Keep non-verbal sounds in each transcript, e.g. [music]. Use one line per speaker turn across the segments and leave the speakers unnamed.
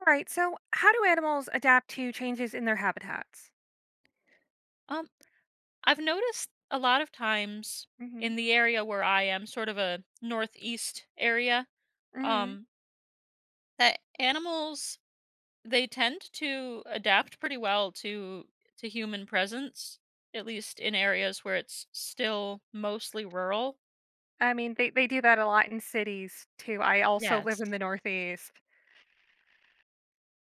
All right. So, how do animals adapt to changes in their habitats?
Um, I've noticed a lot of times in
Hmm.
the area where I am, sort of a northeast area,
Hmm.
um, that animals they tend to adapt pretty well to human presence, at least in areas where it's still mostly rural.
I mean, they do that a lot in cities too. I also live
Yes.
in the Northeast.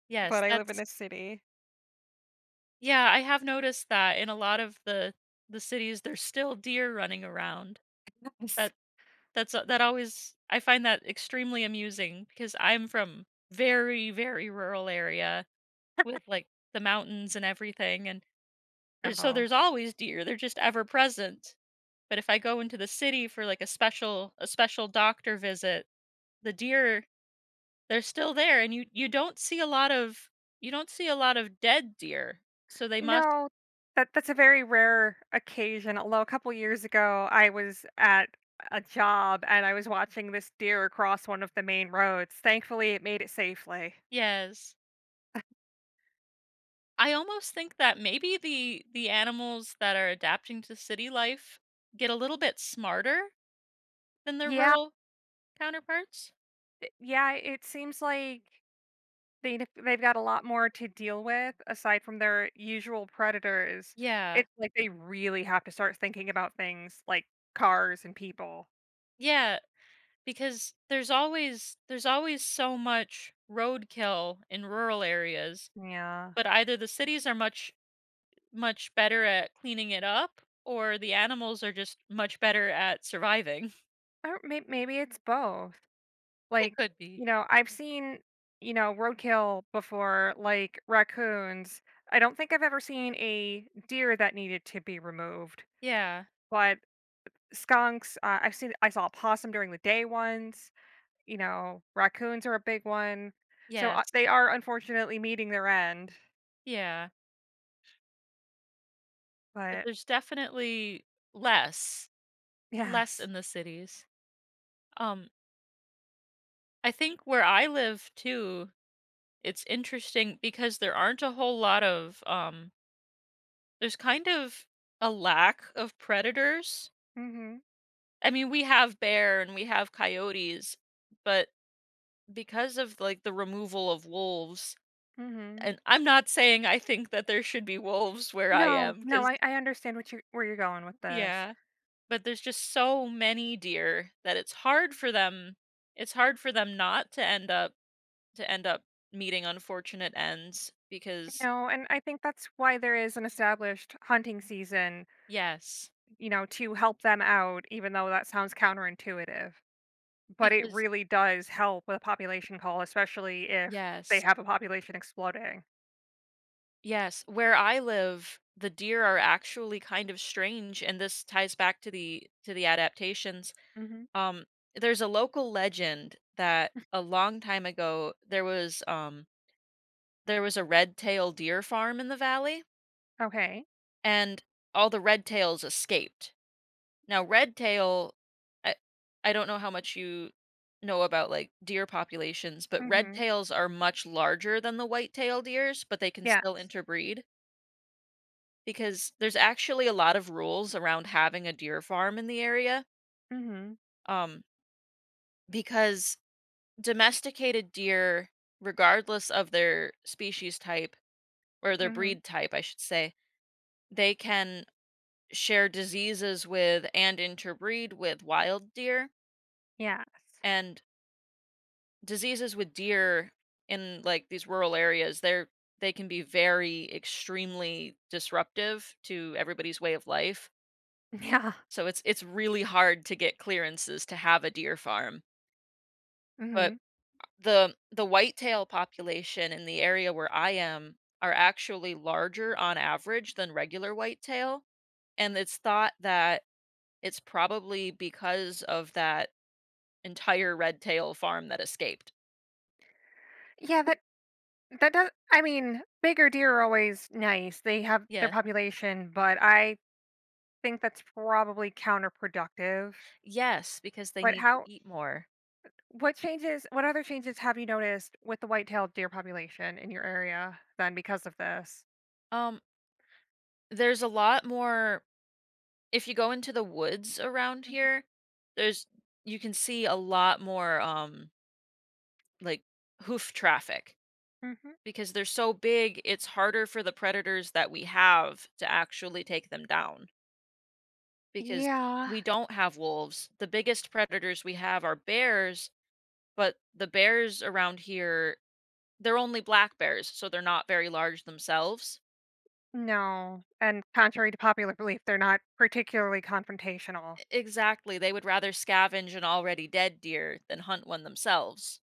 Yes,
But I live in
that's
a city.
yeah, I have noticed that in a lot of the cities there's still deer running around.
Yes.
That that always I find that extremely amusing because I'm from very, very rural area with, like, the mountains and everything, and
Oh
there's always deer, they're just ever present. But if I go into the city for, like, a special doctor visit, the deer, they're still there, and you don't see a lot of dead deer, so they must.
no, that's a very rare occasion. Although a couple years ago, I was at a job and I was watching this deer across one of the main roads. Thankfully, it made it safely.
Yes. I almost think that maybe the animals that are adapting to city life get a little bit smarter than their
Yeah,
rural counterparts.
yeah. It seems like. They they've got a lot more to deal with aside from their usual predators.
Yeah.
It's like they really have to start thinking about things like cars and people.
Yeah, because there's always so much roadkill in rural areas,
Yeah.
but either the cities are much much better at cleaning it up or the animals are just much better at surviving. [laughs]
Or maybe it's both.
It
Like,
could be.
I've seen, roadkill before, like raccoons. I don't think I've ever seen a deer that needed to be removed,
Yeah.
but skunks, I saw a possum during the day once. You know, raccoons are a big one. So,
Yes.
they are unfortunately meeting their end,
Yeah. But
but
there's definitely less less
yes.
in the cities. Um I think where I live too, it's interesting because there aren't a whole lot of there's kind of a lack of predators.
Mhm.
I mean, we have bear and we have coyotes, but because of like the removal of wolves,
Mhm.
and I'm not saying I think that there should be wolves where I
No,
am,
no,
because
I understand what you where you're going with this.
yeah, but there's just so many deer that it's hard for them. It's hard for them not to end up to end up meeting unfortunate ends because
No, and I think that's why there is an established hunting season,
yes,
you know, to help them out, even though that sounds counterintuitive. But it
because
really does help with a population call, especially if they
yes.
have a population exploding.
Yes, where I live, the deer are actually kind of strange, and this ties back to the adaptations.
Mhm.
Um, there's a local legend that a long time ago there was a red-tailed deer farm in the valley,
Okay.
and all the red tails escaped. Now, red tail, I I don't know how much you know about like deer populations, but red
Mhm.
tails are much larger than the white tailed deers, but they can
Yeah.
still interbreed. Because there's actually a lot of rules around having a deer farm in the area
Mhm.
um because domesticated deer regardless of their species type or their
Mhm.
breed type I should say they can share diseases with and interbreed with wild deer
Yes.
and diseases with deer in like these rural areas they can be very extremely disruptive to everybody's way of life.
[laughs] Yeah.
So it's really hard to get clearances to have a deer farm. But
Mhm.
the whitetail population in the area where I am are actually larger on average than regular whitetail, and it's thought that it's probably because of that entire red tail farm that escaped.
Yeah, that does. I mean, bigger deer are always nice. They have their
Yeah.
population, but I think that's probably counterproductive.
Yes, because they
But
need to
how
eat more.
what other changes have you noticed with the white-tailed deer population in your area then because of this?
Um, there's a lot more if you go into the woods around
Mhm.
here, there's you can see a lot more like hoof traffic
Mhm.
because they're so big it's harder for the predators that we have to actually take them down because
Yeah.
we don't have wolves. The biggest predators we have are bears, but the bears around here they're only black bears so they're not very large themselves.
No. And contrary to popular belief, they're not particularly confrontational.
Exactly, they would rather scavenge an already dead deer than hunt one themselves,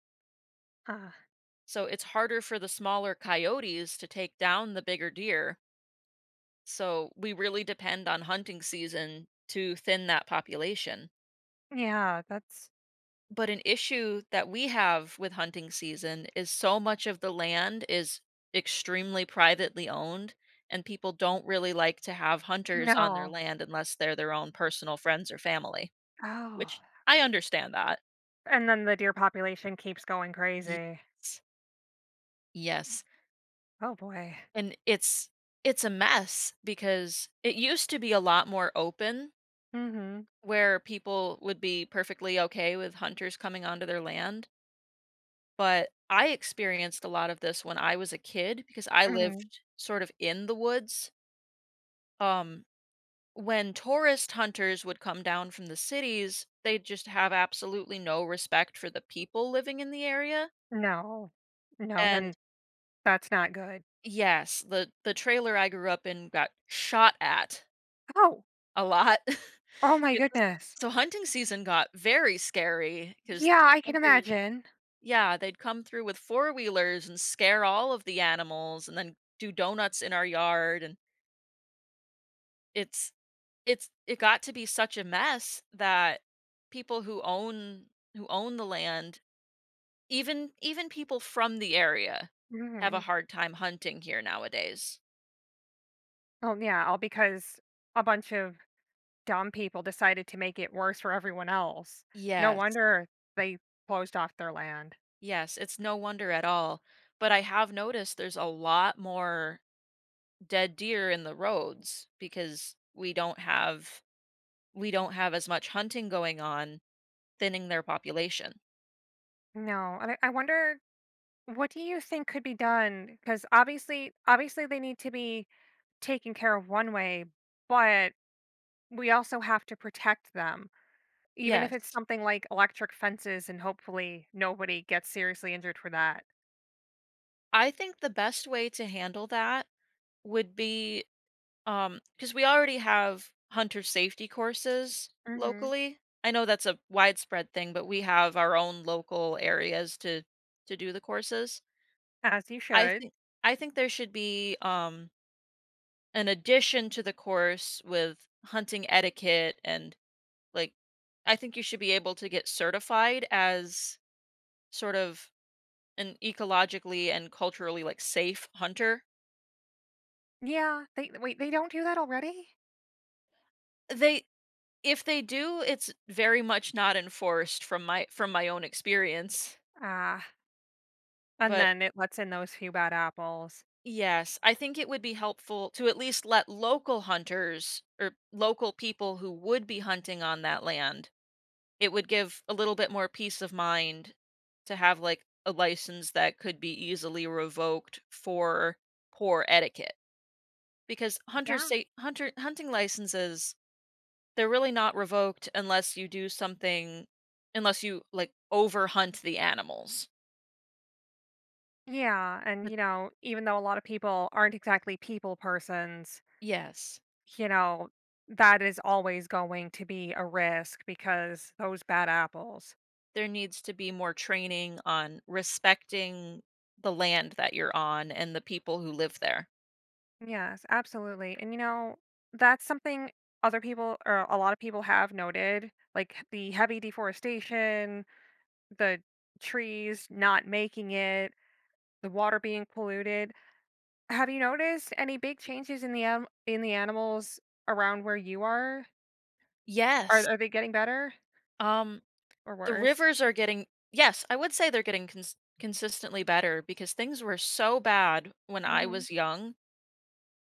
Huh.
so it's harder for the smaller coyotes to take down the bigger deer. So we really depend on hunting season to thin that population.
Yeah, that's
But an issue that we have with hunting season is so much of the land is extremely privately owned, and people don't really like to have hunters on their
no.
land unless they're their own personal friends or family,
Oh.
which I understand that.
And then the deer population keeps going crazy.
Yes. Yes.
Oh boy.
And it's a mess because it used to be a lot more open
Mm. Mhm.
where people would be perfectly okay with hunters coming onto their land. But I experienced a lot of this when I was a kid because I
Mm. Mhm.
lived sort of in the woods. Um, when tourist hunters would come down from the cities, they'd just have absolutely no respect for the people living in the area.
No. No,
And
then that's not good.
yes, the trailer I grew up in got shot at
Oh.
a lot.
Oh
[laughs]
my
It was
goodness.
so hunting season got very scary because
Yeah,
the
I can
hunters.
imagine.
Yeah, they'd come through with four-wheelers and scare all of the animals and then do donuts in our yard, and it's it's it got to be such a mess that people who own the land, even people from the area
Mm.
have a
Mhm.
hard time hunting here nowadays.
Oh yeah, all because a bunch of dumb people decided to make it worse for everyone else. No
Yes.
wonder they closed off their land.
Yes, it's no wonder at all, but I have noticed there's a lot more dead deer in the roads because we don't have as much hunting going on thinning their population.
No, and I wonder, what do you think could be done? Because obviously, they need to be taken care of one way, but we also have to protect them, even if it's
Yes.
something like electric fences, and hopefully nobody gets seriously injured for that.
I think the best way to handle that would be because we already have hunter safety courses
Hmm.
locally. I know that's a widespread thing, but we have our own local areas to do the courses.
As you
I
should.
think I think there should be an addition to the course with hunting etiquette and like I think you should be able to get certified as sort of an ecologically and culturally, like, safe hunter.
Yeah, they wait, they don't do that already?
They if they do, it's very much not enforced from my own experience.
Ah, and
But
then it lets in those few bad apples.
yes, I think it would be helpful to at least let local hunters or local people who would be hunting on that land. It would give a little bit more peace of mind to have, like, a license that could be easily revoked for poor etiquette because hunter
Yeah.
state hunter hunting licenses. They're really not revoked unless you do something unless you, like, overhunt the animals.
Yeah, and
But
you know, even though a lot of people aren't exactly people persons,
yes,
you know, that is always going to be a risk because those bad apples.
there needs to be more training on respecting the land that you're on and the people who live there.
Yes, absolutely. And you know, that's something other people or a lot of people have noted, like the heavy deforestation, the trees not making it, the water being polluted. Have you noticed any big changes in the in the animals around where you are?
Yes,
Are they getting better
um,
or
the
worse?
rivers are getting yes, I would say they're getting consistently better because things were so bad when I
Mhm.
was young.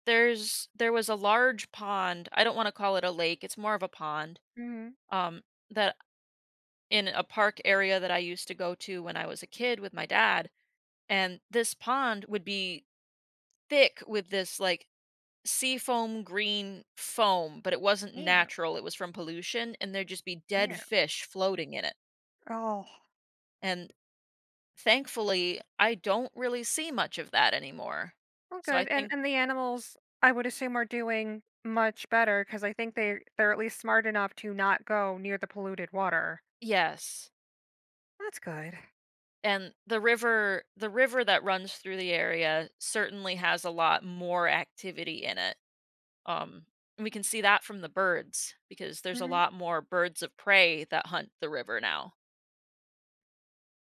There was a large pond, I don't wanna call it a lake, it's more of a pond,
Mhm.
um, that in a park area that I used to go to when I was a kid with my dad, and this pond would be thick with this like seafoam green foam, but it wasn't
Yeah,
natural. It was from pollution, and there'd just be dead
yeah.
fish floating in it.
Oh.
And thankfully, I don't really see much of that anymore.
Oh,
So I
good,
think
and the animals, I would assume, are doing much better because I think they're at least smart enough to not go near the polluted water.
yes.
That's good.
And the river that runs through the area certainly has a lot more activity in it. Um, and we can see that from the birds because there's a
Mhm.
lot more birds of prey that hunt the river now.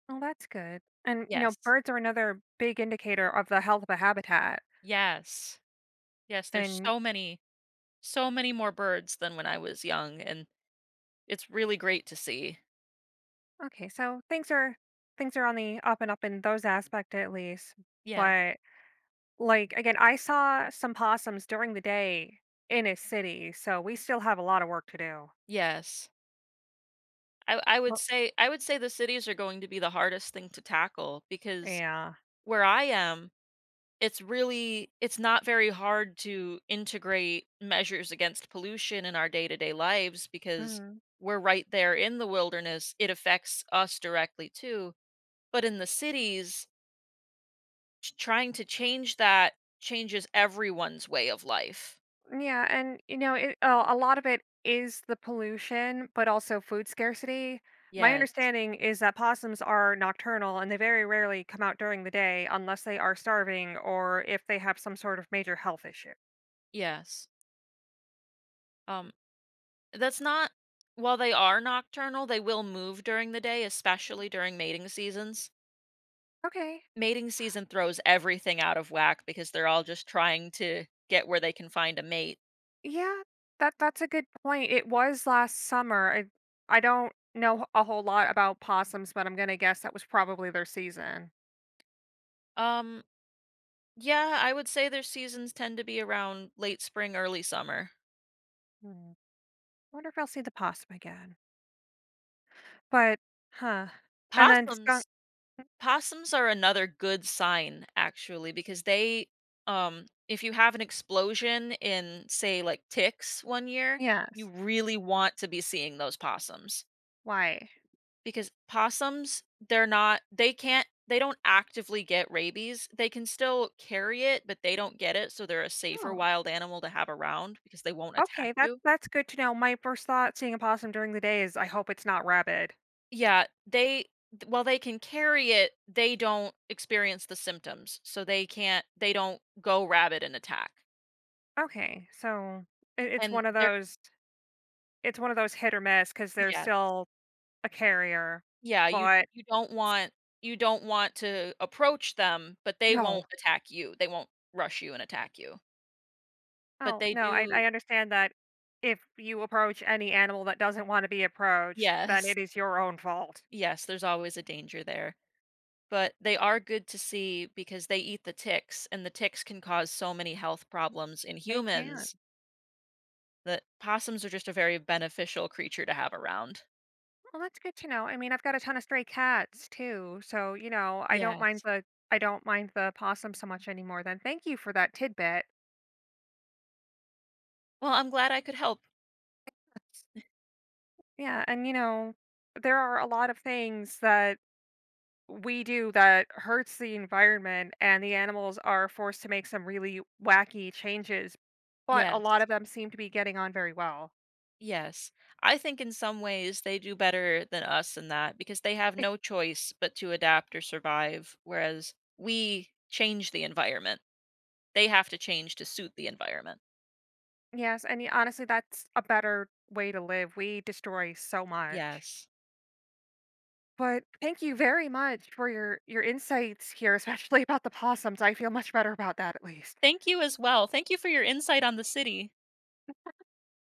Well, that's good, and, you know,
Yes.
birds are another big indicator of the health of a habitat,
Yes. Yes, there's
and
so many more birds than when I was young and it's really great to see.
okay, so things are on the up and up in those aspect at least,
Yes.
but, like, again, I saw some possums during the day in a city, so we still have a lot of work to do.
Yes. I I would
Well.
say I would say the cities are going to be the hardest thing to tackle because
Yeah.
where I am it's really it's not very hard to integrate measures against pollution in our day-to-day lives because
Mhm.
we're right there in the wilderness. It affects us directly too. But in the cities, trying to change that changes everyone's way of life.
Yeah, and you know, a lot of it is the pollution, but also food scarcity. My
Yes.
understanding is that possums are nocturnal and they very rarely come out during the day unless they are starving or if they have some sort of major health issue.
Yes. Um that's not while they are nocturnal, they will move during the day, especially during mating seasons.
Okay.
Mating season throws everything out of whack because they're all just trying to get where they can find a mate.
Yeah, that's a good point. It was last summer. I don't know a whole lot about possums, but I'm gonna guess that was probably their season.
Um, yeah, I would say their seasons tend to be around late spring, early summer.
Hmm. I wonder if I'll see the possum again. But huh. And then skunk
Possums, possums are another good sign actually because they if you have an explosion in say like ticks one year, you
yes.
really want to be seeing those possums.
Why?
Because possums, they don't actively get rabies. They can still carry it, but they don't get it, so they're a safer
Oh,
wild animal to have around because they won't attack
okay,
you.
that's good to know. My first thought seeing a possum during the day is I hope it's not rabid.
Yeah, they th while they can carry it, they don't experience the symptoms, so they don't go rabid and attack.
Okay, so it, it's
And
one of
they're
those it's one of those hit or miss because they're
yes.
still a carrier.
Yeah,
But
you don't want to approach them, but they won't
no,
attack you. They won't rush you and attack you. But
oh
they
no,
do
I understand that if you approach any animal that doesn't want to be approached, then
yes.
it is your own fault.
Yes, there's always a danger there, but they are good to see because they eat the ticks, and the ticks can cause so many health problems in
They can.
humans that possums are just a very beneficial creature to have around.
Well, that's good to know. I mean, I've got a ton of stray cats too, so you know,
Yes.
I don't mind the possum so much anymore. Then thank you for that tidbit.
Well, I'm glad I could help.
Yeah, and you know, there are a lot of things that we do that hurts the environment, and the animals are forced to make some really wacky changes, but a
Yes.
lot of them seem to be getting on very well.
Yes. I think in some ways they do better than us in that because they have no
[laughs]
choice but to adapt or survive, whereas we change the environment. They have to change to suit the environment.
Yes, and honestly, that's a better way to live. We destroy so much.
Yes.
But thank you very much for your insights here, [laughs] especially about the possums. I feel much better about that at least.
Thank you as well. Thank you for your insight on the city.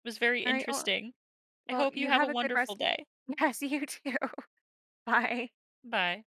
It was very
All right. Well,
interesting. I
well
hope you
you
have a
have a good
wonderful
rest. Of. [laughs]
day.
Yes, you too. [laughs] Bye.
Bye.